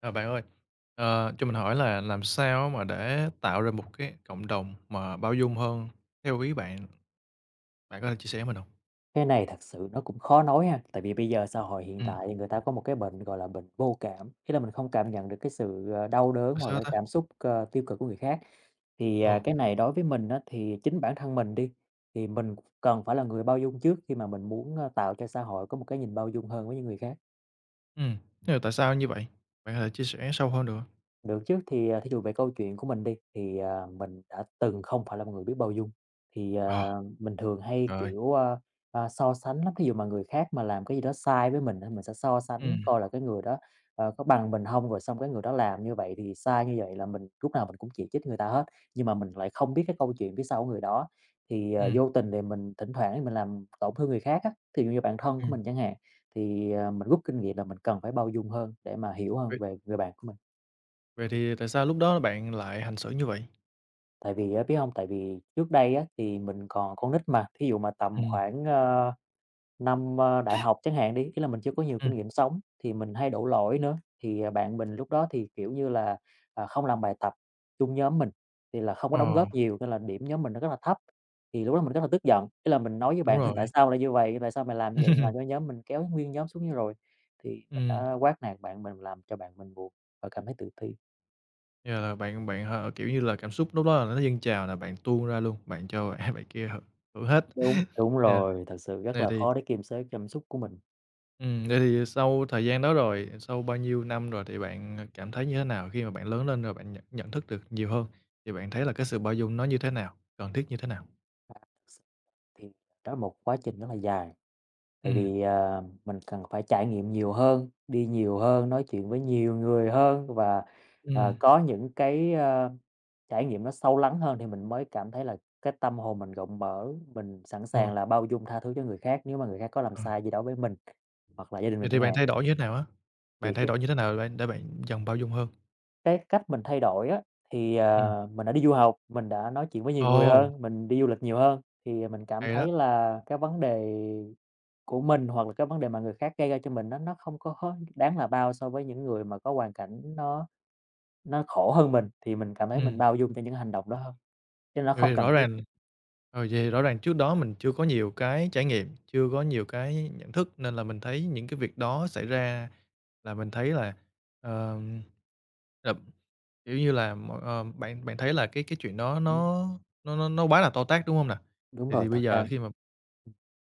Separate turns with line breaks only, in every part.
À, bạn ơi, cho mình hỏi là làm sao mà để tạo ra một cái cộng đồng mà bao dung hơn theo ý bạn? Bạn có thể chia sẻ mình hông?
Cái này thật sự nó cũng khó nói ha, tại vì bây giờ xã hội hiện
Ừm,
tại người ta có một cái bệnh, gọi là, bệnh vô cảm, nghĩa là mình không cảm nhận được cái sự, đau đớn
tại
hoặc
sao
là
ta?
cảm xúc, tiêu cực của người khác.
Ồ,
Cái này đối với mình á, thì chính bản thân mình đi, thì mình cần phải là người bao dung trước khi mà mình muốn, tạo cho xã hội có một cái nhìn bao dung hơn với những người khác.
ừm, thế là tại sao như vậy? Bạn có thể chia sẻ sâu hơn được hông?
Được chứ, thí dụ về câu chuyện của mình đi, mình đã từng không phải là một người biết bao dung,
Ờ,
mình thường hay,
trời ơi,
kiểu, so sánh lắm. Thí dụ mà người khác mà làm cái gì đó sai với mình thì mình sẽ so sánh
ừm,
coi là cái người đó, có bằng mình không rồi xong cái người đó làm như vậy thì sai như vậy là mình lúc nào mình cũng chỉ trích người ta hết, nhưng mà mình lại không biết cái câu chuyện phía sau của người đó.
ừm,
Vô tình thì mình thỉnh thoảng thì mình làm tổn thương người khác á, thí dụ như bạn thân của
ừm,
mình chẳng hạn, mình rút kinh nghiệm là mình cần phải bao dung hơn để mà hiểu hơn
vậy
về người bạn của mình.
vậy thì tại sao lúc đó bạn lại hành xử như vậy?
Tại vì á biết không? Tại vì trước đây á, thì mình còn con nít mà, thí dụ mà tầm
Ừm,
khoảng, năm, đại học chẳng hạn đi, ý là mình chưa có nhiều kinh
ừm,
nghiệm sống thì mình hay đổ lỗi nữa. Bạn mình lúc đó thì, kiểu như là, không làm bài tập chung nhóm mình, thì là không có đóng
ờ,
góp nhiều nên là điểm nhóm mình nó rất là thấp. Thì lúc đó mình rất là tức giận, ý là mình nói với
đúng
bạn mình:
rồi.
"Tại sao lại như vậy? Tại sao mày làm như vậy? Mày làm cho nhóm mình kéo nguyên nhóm xuống như rồi." Thì mình
Ừm,
đã quát nạt bạn mình, làm cho bạn mình buồn và cảm thấy tự ti.
Giờ là bạn bạn, kiểu như là, cảm xúc lúc đó là nó dâng trào là bạn tuôn ra luôn, bạn cho bạn bạn kia hưởng hưởng hết.
Đúng, đúng
Nè,
rồi, thật sự rất
nè
là
thì
khó để kiềm chế cảm xúc của mình.
Vậy thì sau thời gian đó rồi, sau bao nhiêu năm rồi thì bạn, cảm thấy như thế nào? Khi mà bạn lớn lên rồi bạn nhận nhận thức được nhiều hơn, thì bạn thấy là cái sự bao dung nó như thế nào? Cần thiết như thế nào?
Thì đó là một quá trình rất là dài, tại
Ừm,
vì, à, mình cần phải trải nghiệm nhiều hơn, đi nhiều hơn, nói chuyện với nhiều người hơn và,
ừm,
có những cái, trải nghiệm nó sâu lắng hơn thì mình mới cảm thấy là cái tâm hồn mình rộng mở, mình sẵn
Ờ,
sàng là bao dung tha thứ cho người khác nếu mà người khác có làm
ờ,
sai gì đó với mình, hoặc là gia đình mình
vậy thì
chẳng
bạn
hạn.
thay đổi như thế nào á?
Thì
Bạn thay
cái
đổi như thế nào để bạn dần bao dung hơn?
cái cách mình thay đổi á,
Ừm.
mình đã đi du học, mình đã nói chuyện với nhiều người
Ồ,
hơn, mình đi du lịch nhiều hơn, thì mình cảm
hay đó!
thấy là cái vấn đề của mình hoặc là cái vấn đề mà người khác gây ra cho mình nó không có đáng là bao so với những người mà có hoàn cảnh nó khổ hơn mình, thì mình cảm thấy mình
Ừm.
bao dung cho những hành động đó hơn, chứ nó
Vậy
không
thì
cần
rõ
thiết.
ràng Vậy thì rõ ràng trước đó mình chưa có nhiều cái trải nghiệm, chưa có nhiều cái nhận thức nên là mình thấy những cái việc đó xảy ra là mình thấy ờm, là kiểu như là, bạn bạn thấy là cái chuyện đó
Ừm,
nó quá là to tát, đúng không nè?
đúng
Thì
rồi,
thì
thật
bây giờ
ra
khi mà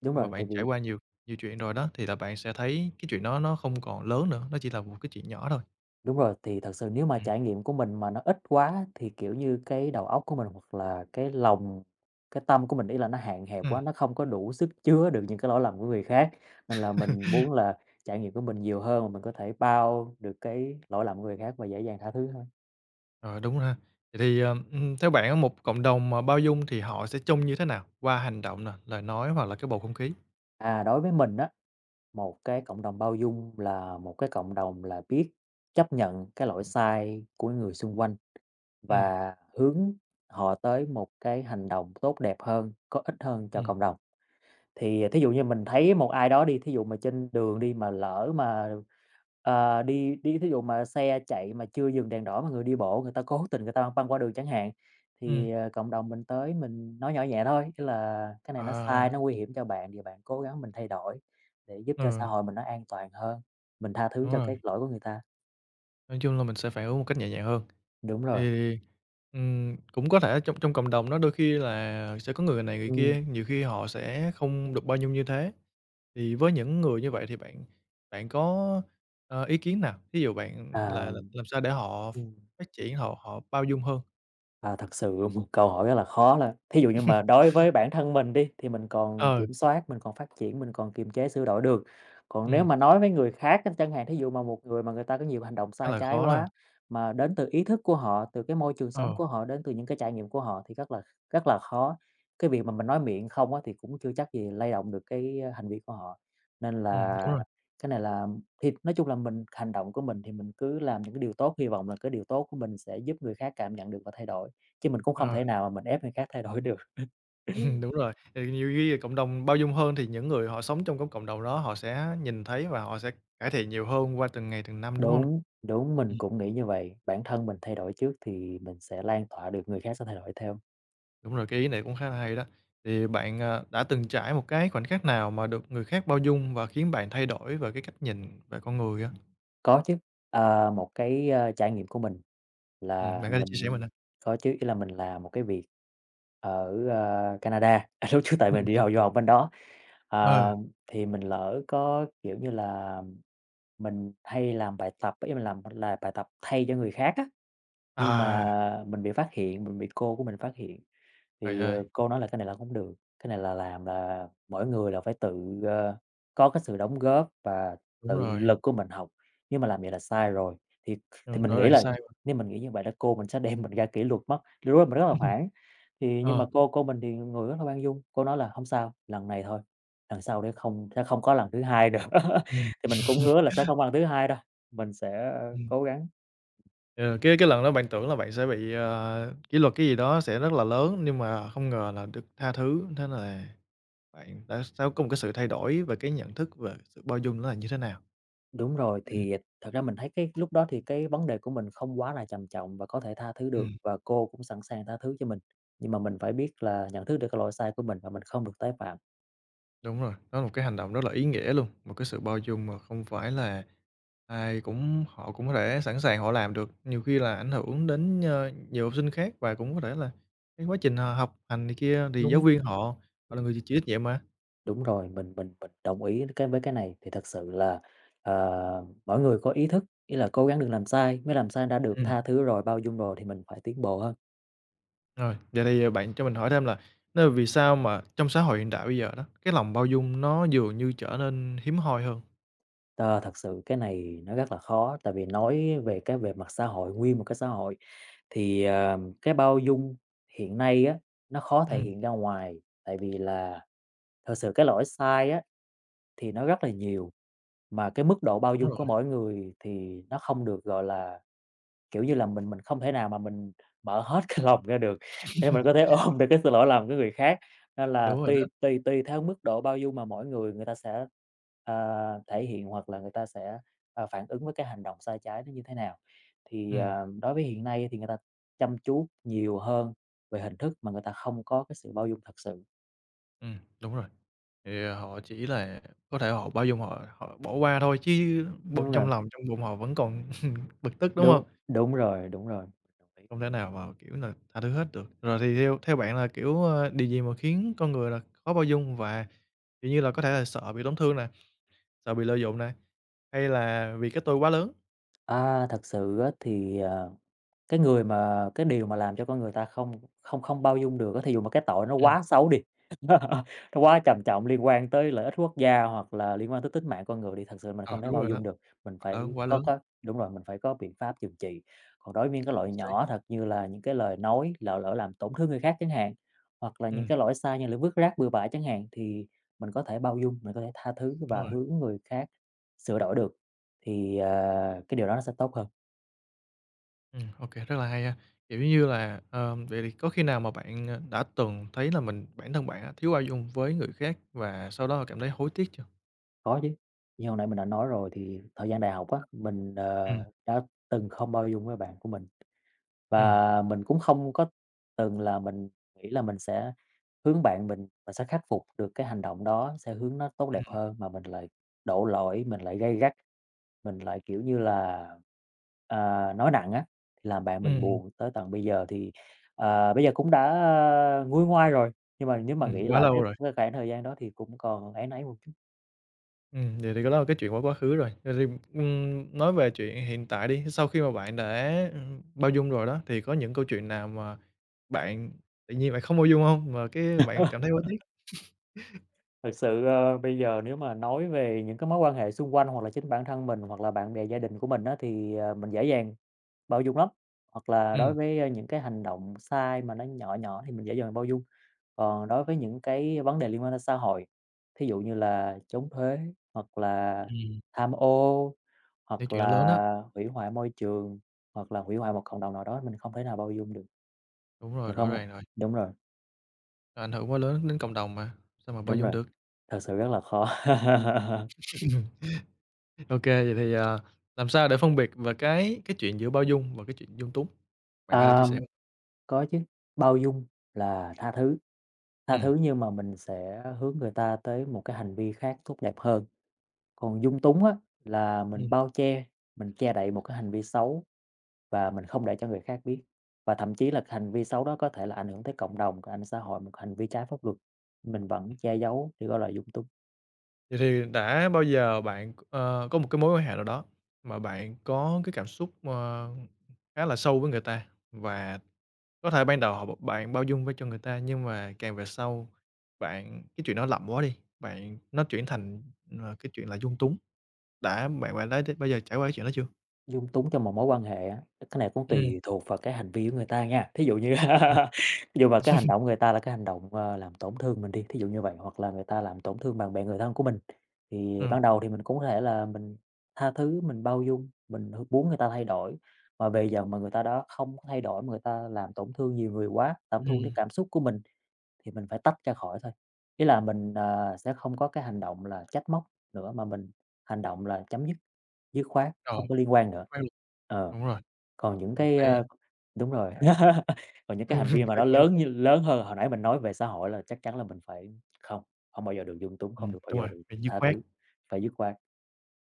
đúng
khi mà
rồi, tại
bạn trải
vì
qua nhiều nhiều chuyện rồi đó, thì là bạn sẽ thấy cái chuyện đó nó không còn lớn nữa, nó chỉ là một cái chuyện nhỏ thôi.
đúng rồi, thì thật sự nếu mà
Ừm.
trải nghiệm của mình mà nó ít quá thì, kiểu như, cái đầu óc của mình hoặc là cái lòng cái tâm của mình, ý là nó hạn hẹp
Ừm,
quá, nó không có đủ sức chứa được những cái lỗi lầm của người khác, nên là mình muốn là trải nghiệm của mình nhiều hơn mà mình có thể bao được cái lỗi lầm của người khác và dễ dàng tha thứ hơn.
ờ, đúng rồi ha. Vậy thì, theo bạn á, một cộng đồng mà bao dung thì họ sẽ trông như thế nào? Qua hành động nè, lời nói hoặc là cái bầu không khí?
À, đối với mình á, một cái cộng đồng bao dung là một cái cộng đồng là biết chấp nhận cái lỗi sai của người xung quanh
Ừm.
và hướng họ tới một cái hành động tốt đẹp hơn, có ích hơn cho
Ừm.
cộng đồng. Thì thí dụ như mình thấy một ai đó đi, thí dụ mà trên đường đi mà lỡ mà, đi đi thí dụ mà xe chạy mà chưa dừng đèn đỏ mà người đi bộ người ta cố tình người ta băng qua đường chẳng hạn,
Ừm.
thì, cộng đồng mình tới mình nói nhỏ nhẹ thôi, ý là "Cái này nó
Ờ,
sai, nó nguy hiểm cho bạn thì bạn cố gắng mình thay đổi để giúp cho xã
ừ,
hội mình nó an toàn hơn, mình tha thứ
đúng
cho
rồi.
cái lỗi của người ta."
Nói chung là mình sẽ phản ứng một cách nhẹ nhàng hơn.
Đúng rồi.
Thì, cũng có thể trong trong cộng đồng đó đôi khi là sẽ có người này người
Ừm,
kia, nhiều khi họ sẽ không được bao dung như thế. Thì với những người như vậy thì bạn bạn có, ý kiến nào? Ví dụ bạn là
à,
là làm sao để họ
ừm.
phát triển, họ họ bao dung hơn?
À, thật sự một câu hỏi rất là khó là thí dụ như mà đối với bản thân mình đi, thì mình còn
Ờ,
kiểm soát, mình còn phát triển, mình còn kiềm chế, sửa đổi được. Còn nếu
ừm,
mà nói với người khác á, chẳng hạn thí dụ mà một người mà người ta có nhiều hành động
khá
sai
là
trái
khó ha.
quá, mà đến từ ý thức của họ, từ cái môi trường sống
Ờ,
của họ, đến từ những cái trải nghiệm của họ thì rất là khó. Cái việc mà mình nói miệng không á, thì cũng chưa chắc gì lay động được cái hành vi của họ. Nên
đúng
là
rồi,
cái này là thì nói chung là mình hành động của mình thì mình cứ làm những cái điều tốt, hy vọng là cái điều tốt của mình sẽ giúp người khác cảm nhận được và thay đổi. Chứ mình cũng không
ờ,
thể nào mà mình ép người khác thay đổi được.
đúng rồi. Thì nhiều khi cộng đồng bao dung hơn thì những người họ sống trong cái cộng đồng đó họ sẽ nhìn thấy và họ sẽ cải thiện nhiều hơn qua từng ngày, từng năm, đúng không?
Đúng, đúng, mình
Ừm,
cũng nghĩ như vậy. Bản thân mình thay đổi trước thì mình sẽ lan tỏa được, người khác sẽ thay đổi theo.
đúng rồi, cái ý này cũng khá là hay đó. Thì bạn, đã từng trải một cái khoảnh khắc nào mà được người khác bao dung và khiến bạn thay đổi về cái cách nhìn về con người á?
Có chứ, một cái, trải nghiệm của mình là
Bạn có thể chia sẻ mình
mình
không?
có chứ, ý là mình làm một cái việc ở, Canada, lúc trước tại mình
Ừm,
đi học du học bên đó,
ờ,
ờ, thì mình lỡ có, kiểu như là, mình hay làm bài tập, ý mình làm là bài tập thay cho người khác á. Nhưng
à,
mà mình bị phát hiện, mình bị cô của mình phát hiện,
trời
thì,
ơi,
ờ, cô nói là "Cái này là không được, cái này là làm là mỗi người là phải tự, ờ, có cái sự đóng góp và
đúng
tự
rồi,
lực của mình học, nếu mà làm vậy là sai rồi." Thì
ờ,
thì mình
rõ
nghĩ
ràng
là
sai mà.
nếu mình nghĩ như vậy là cô mình sẽ đem mình ra kỷ luật mất, lúc đó mình rất là hoảng. Thì nhưng
Ờ,
mà cô mình thì người rất là khoan dung, cô nói là "Hông sao, lần này thôi, lần sau để không sẽ không có lần thứ hai nữa."
ừm,
Thì mình cũng hứa là sẽ không có lần thứ hai đâu, mình sẽ,
ừm,
cố gắng.
ờ, cái lần đó bạn tưởng là bạn sẽ bị, kỷ luật cái gì đó sẽ rất là lớn, nhưng mà không ngờ là được tha thứ, thế là bạn đã sẽ có một cái sự thay đổi về cái nhận thức về sự bao dung nó là như thế nào?
Đúng rồi,
Ừm,
thì thật ra mình thấy cái lúc đó thì cái vấn đề của mình không quá là trầm trọng và có thể tha thứ được
ừm.
và cô cũng sẵn sàng tha thứ cho mình. Nhưng mà mình phải biết là nhận thức được cái lỗi sai của mình và mình không được tái phạm.
Đúng rồi, đó là một cái hành động rất là ý nghĩa luôn, một cái sự bao dung mà không phải là ai cũng họ cũng có thể sẵn sàng họ làm được. Nhiều khi là ảnh hưởng đến, nhiều học sinh khác và cũng có thể là cái quá trình họ học hành này kia thì giáo
Đúng.
viên họ họ là
Ừm,
người chịu chịu trách nhiệm mà.
đúng rồi, mình đồng ý cái với cái này thì thật sự là, mỗi người có ý thức, ý là cố gắng đừng làm sai, mới làm sai đã được
Ừm,
tha thứ rồi, bao dung rồi thì mình phải tiến bộ hơn.
rồi, vậy thì bạn cho mình hỏi thêm là nên vì sao mà trong xã hội hiện đại bây giờ đó, cái lòng bao dung nó dường như trở nên hiếm hoi hơn?
Ờ, thật sự cái này nó rất là khó, tại vì nói về cái về mặt xã hội, nguyên một cái xã hội thì, cái bao dung hiện nay á, nó khó thể
Ừm,
hiện ra ngoài, tại vì là thật sự cái lỗi sai á, thì nó rất là nhiều, mà cái mức độ bao
đúng
dung
rồi,
của mỗi người thì nó không được, gọi là. Kiểu như là, mình không thể nào mà mình mở hết cái lòng ra được để mình có thể ôm được cái sự lỗi lầm của người khác, nên là
đúng rồi đó.
tùy tùy tùy theo mức độ bao dung mà mỗi người người ta sẽ, thể hiện hoặc là người ta sẽ, phản ứng với cái hành động sai trái nó như thế nào. Thì,
Ừm,
ờ, đối với hiện nay thì người ta chăm chú nhiều hơn về hình thức mà người ta không có cái sự bao dung thật sự.
đúng rồi. Thì họ chỉ là có thể họ bao dung, họ họ bỏ qua thôi, chứ bụng
Đúng
trong
rồi,
lòng trong bụng họ vẫn còn bực tức, đúng không?
đúng rồi, mình đồng ý.
Không thể nào mà, kiểu là, tha thứ hết được. Rồi thì theo theo bạn là, kiểu, điều gì mà khiến con người là khó bao dung và, kiểu như là, có thể là sợ bị tổn thương nè, sợ bị lợi dụng nè, hay là vì cái tôi quá lớn?
Thật sự thì cái người mà cái điều mà làm cho con người ta không không không bao dung được á, thí dụ mà cái tội nó
Ừm,
quá xấu đi, nó quá trầm trọng liên quan tới lợi ích quốc gia hoặc là liên quan tới tính mạng con người đi, thật sự mình
ờ,
không thể
đúng
bao
rồi đó,
dung được, mình phải
quá
có
lớn,
có đúng rồi, mình phải có biện pháp trừng trị. Còn đối với những cái lỗi
chính xác.
nhỏ thật như là những cái lời nói, lỡ lỡ làm tổn thương người khác chẳng hạn, hoặc là những
Ừm,
cái lỗi sai như là vứt rác bừa bãi chẳng hạn, thì mình có thể bao dung, mình có thể tha thứ
đúng
và
rồi.
hướng người khác sửa đổi được, thì, cái điều đó nó sẽ tốt hơn.
Ô rất là hay ha. Kiểu như là, vậy thì có khi nào mà bạn, đã từng thấy là mình bản thân bạn á, thiếu bao dung với người khác và sau đó cảm thấy hối tiếc chưa?
Có chứ, như hồi nãy mình đã nói rồi thì thời gian đại học á, mình,
Ừm,
đã từng không bao dung với bạn của mình
ừm,
và mình cũng không có từng là mình nghĩ là mình sẽ hướng bạn mình sẽ khắc phục được cái hành động đó, sẽ hướng nó tốt đẹp
ừm,
hơn, mà mình lại đổ lỗi, mình lại gay gắt, mình lại, kiểu như là, à, nói nặng á, thì làm bạn mình
ừm,
buồn tới tận bây giờ. Thì, bây giờ cũng đã nguôi ngoai rồi, nhưng mà nếu mà nghĩ
quá
lại cái
lâu rồi.
cái khoảng thời gian đó thì cũng còn áy náy một chút.
Vậy thì cái đó là cái chuyện quá quá khứ rồi. Vậy thì, nói về chuyện hiện tại đi, sau khi mà bạn đã, bao dung rồi đó, thì có những câu chuyện nào mà bạn tự nhiên bạn không bao dung không? Mà cái bạn cảm thấy hối tiếc?
Thực sự, bây giờ nếu mà nói về những cái mối quan hệ xung quanh hoặc là chính bản thân mình, hoặc là bạn bè gia đình của mình á, thì, mình dễ dàng bao dung lắm. Hoặc là đối
Ừm,
với, những cái hành động sai mà nó nhỏ nhỏ thì mình dễ dàng bao dung. Còn đối với những cái vấn đề liên quan đến xã hội, thí dụ như là chống thuế, hoặc là
ừm,
tham ô,
những
hoặc
chuyện đó lớn đó.
là hủy hoại môi trường, hoặc là hủy hoại một cộng đồng nào đó mình không thể nào bao dung được.
Đúng rồi,
Mình
rõ
không
ràng rồi,
đúng rồi,
ảnh hưởng quá lớn đến cộng đồng mà, sao mà bao
đúng
dung
rồi,
được.
thật sự rất là khó.
OK, vậy thì, làm sao để phân biệt và cái chuyện giữa bao dung và cái chuyện dung túng? Bạn có thể chia
À,
sẻ hông?
có chứ, bao dung là tha
Ừm,
thứ nhưng mà mình sẽ hướng người ta tới một cái hành vi khác tốt đẹp hơn. Còn dung túng á, là mình
ừm.
bao che, mình che đậy một cái hành vi xấu và mình không để cho người khác biết. Và thậm chí là cái hành vi xấu đó có thể là ảnh hưởng tới cộng đồng, ảnh hưởng xã hội, một hành vi trái pháp luật, mình vẫn che giấu thì gọi là dung túng.
Vậy thì đã bao giờ bạn, có một cái mối quan hệ nào đó mà bạn có cái cảm xúc, khá là sâu với người ta và có thể ban đầu họ bạn bao dung với cho người ta, nhưng mà càng về sau bạn cái chuyện đó lậm quá đi, bạn nó chuyển thành, cái chuyện là dung túng. Đã bạn bạn đã bao giờ trải qua cái chuyện đó chưa?
Dung túng trong một mối quan hệ á, cái này cũng
Ừ.
tùy thuộc vào cái hành vi của người ta nha. Thí dụ như
Ừ.
thí dụ mà cái hành động người ta là cái hành động, làm tổn thương mình đi, thí dụ như vậy, hoặc là người ta làm tổn thương bạn bè, người thân của mình, thì
Ừm,
ban đầu thì mình cũng có thể là mình tha thứ, mình bao dung, mình h muốn người ta thay đổi. Mà bây giờ mà người ta đó không có thay đổi, mà người ta làm tổn thương nhiều người quá, tổn thương
ừm.
đến cảm xúc của mình thì mình phải tách ra khỏi thôi. Ý là mình, sẽ không có cái hành động là trách móc nữa, mà mình hành động là chấm dứt, dứt khoát,
Rồi,
không có liên quan nữa.
quen rồi.
Ờ,
Đúng rồi,
còn những
mình
cái,
phải
đúng rồi, còn những cái
Ừm,
hành vi mà
phải
nó
quen
lớn
lại.
lớn hơn hồi nãy mình nói về xã hội là chắc chắn là mình phải không, không bao giờ được dung túng, không được bao
Đúng
giờ
rồi,
được
phải dứt
tha
khoát.
thứ, phải dứt khoát.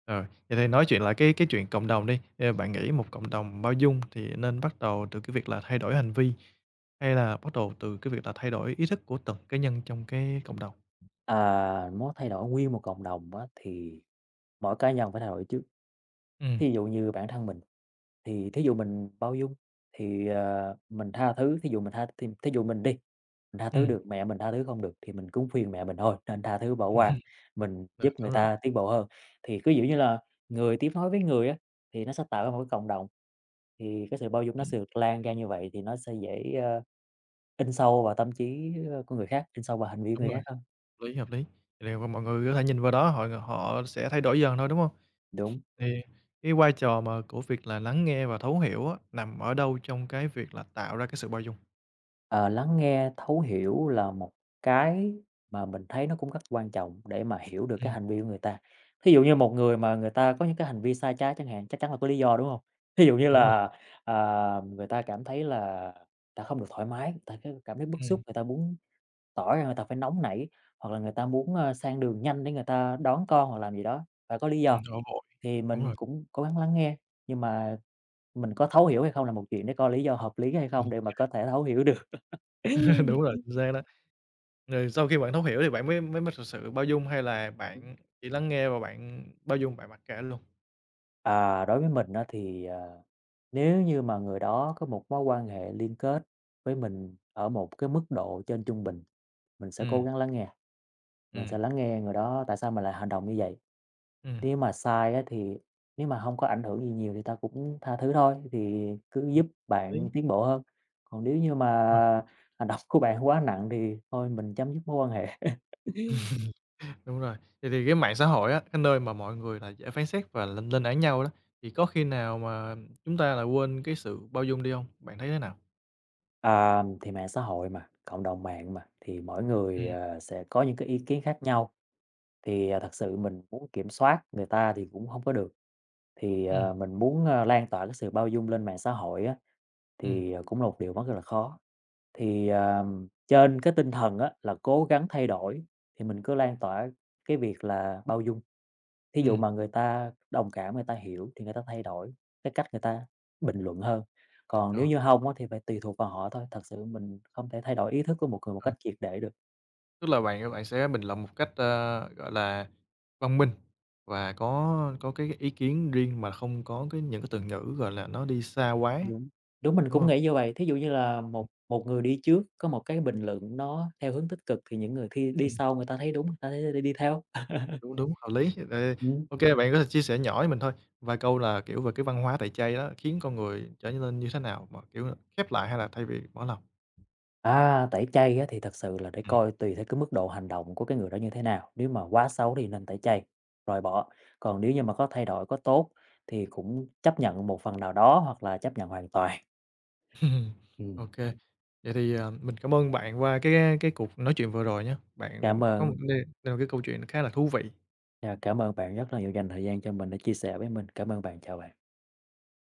Rồi, vậy thì nói chuyện lại cái chuyện cộng đồng đi, bạn nghĩ một cộng đồng bao dung thì nên bắt đầu từ cái việc là thay đổi hành vi, hay là bắt đầu từ cái việc là thay đổi ý thức của từng cá nhân trong cái cộng đồng?
À, muốn thay đổi nguyên một cộng đồng á, thì mỗi cá nhân phải thay đổi trước.
Ừm,
Thí dụ như bản thân mình. Thì thí dụ mình bao dung thì, mình tha thứ, thí dụ mình đi, mình tha thứ
ừm,
được, mẹ mình tha thứ không được thì mình cũng khuyên mẹ mình thôi, nên tha thứ bỏ qua,
hưm,
mình
ờ,
giúp người ta tiến bộ hơn. Thì cứ, kiểu như là, người tiếp nối với người á, thì nó sẽ tạo ra một cái cộng đồng, thì cái sự bao dung nó
ừm,
sẽ được lan ra như vậy thì nó sẽ dễ, in sâu vào tâm trí, của người khác, in sâu vào hành vi của
đúng
người
rồi,
khác hơn.
hợp lý, hợp lý. Vậy thì mọi người có thể nhìn vào đó họ họ sẽ thay đổi dần thôi, đúng hông?
Đúng.
Thì cái vai trò mà của việc là lắng nghe và thấu hiểu á, nằm ở đâu trong cái việc là tạo ra cái sự bao dung?
Ờ, lắng nghe, thấu hiểu là một cái mà mình thấy nó cũng rất quan trọng để mà hiểu được cái
Ừm,
hành vi của người ta. Thí dụ như một người mà người ta có những cái hành vi sai trái chẳng hạn, chắc chắn là có lý do, đúng không? Thí dụ như
đúng rồi,
là, người ta cảm thấy là người ta không được thoải mái, người ta cái cảm thấy bức
ừm,
xúc, người ta muốn tỏ ra người ta phải nóng nảy, hoặc là người ta muốn, sang đường nhanh để người ta đón con hoặc làm gì đó, phải có lý do.
hổ vội,
Thì
đúng
mình
rồi.
cũng cố gắng lắng nghe, nhưng mà mình có thấu hiểu hay không là một chuyện để coi lý do hợp lý hay không để mà có thể thấu hiểu được.
Đúng rồi, chính xác đó. Rồi sau khi bạn thấu hiểu thì bạn mới mới mới thực sự bao dung hay là bạn chỉ lắng nghe và bạn bao dung, bạn mặc kệ luôn?
À, đối với mình đó thì, nếu như mà người đó có một mối quan hệ liên kết với mình ở một cái mức độ trên trung bình, mình sẽ cố
Ừm,
gắng lắng nghe, mình
ừm,
sẽ lắng nghe người đó tại sao mình lại hành động như vậy.
ừm.
Nếu mà sai á thì nếu mà không có ảnh hưởng gì nhiều thì ta cũng tha thứ thôi, thì cứ giúp bạn
Lý,
tiến bộ hơn. Còn nếu như mà
Rồi,
hành động của bạn quá nặng thì thôi mình chấm dứt mối quan hệ.
đúng rồi. Vậy thì cái mạng xã hội á, cái nơi mà mọi người là dễ phán xét và lên lên án nhau đó, thì có khi nào mà chúng ta là quên cái sự bao dung đi không? Bạn thấy thế nào?
À, thì mạng xã hội mà, cộng đồng mạng mà, thì mỗi
Ừm,
người, sẽ có những cái ý kiến khác nhau. Thì, thật sự mình muốn kiểm soát người ta thì cũng không có được, thì,
ừm,
mình muốn, lan tỏa cái sự bao dung lên mạng xã hội á,
ừm,
thì, cũng là một điều rất là khó. Thì, trên cái tinh thần á là cố gắng thay đổi, thì mình cứ lan tỏa cái việc là bao dung. Thí dụ
ừm,
mà người ta đồng cảm, người ta hiểu thì người ta thay đổi cái cách người ta bình luận hơn, còn
ờ.
nếu như không á thì phải tùy thuộc vào họ thôi, thật sự mình không thể thay đổi ý thức của một người một cách triệt để được.
Tức là bạn bạn sẽ bình luận một cách, gọi là, văn minh và có cái ý kiến riêng mà không có cái những cái từ ngữ, gọi là, nó đi xa quá,
Đúng, đúng, mình
đúng
cũng
không?
nghĩ như vậy. Thí dụ như là một một người đi trước có một cái bình luận nó theo hướng tích cực thì những người thi đi
Ừm,
sau người ta thấy đúng, người ta thấy đi đi theo.
đúng, đúng, hợp lý. Ờ,
Ừm,
ô bạn có thể chia sẻ nhỏ với mình thôi, vài câu là, kiểu, về cái văn hóa tẩy chay đó khiến con người trở nên như thế nào? Mà, kiểu là, khép lại hay là thay vì bỏ lòng?
tẩy chay á thì thật sự là để
Ừm.
coi tùy theo cái mức độ hành động của cái người đó như thế nào, nếu mà quá xấu thì nên tẩy chay, loại bỏ. Còn nếu như mà có thay đổi, có tốt thì cũng chấp nhận một phần nào đó hoặc là chấp nhận hoàn toàn.
Ô
Ừm,
vậy thì, mình cảm ơn bạn qua cái cuộc nói chuyện vừa rồi nhé. Bạn
cảm
có một
ơn,
đây đây là một cái câu chuyện khá là thú vị.
cảm ơn bạn rất là nhiều dành thời gian cho mình để chia sẻ với mình. Cảm ơn bạn, chào bạn.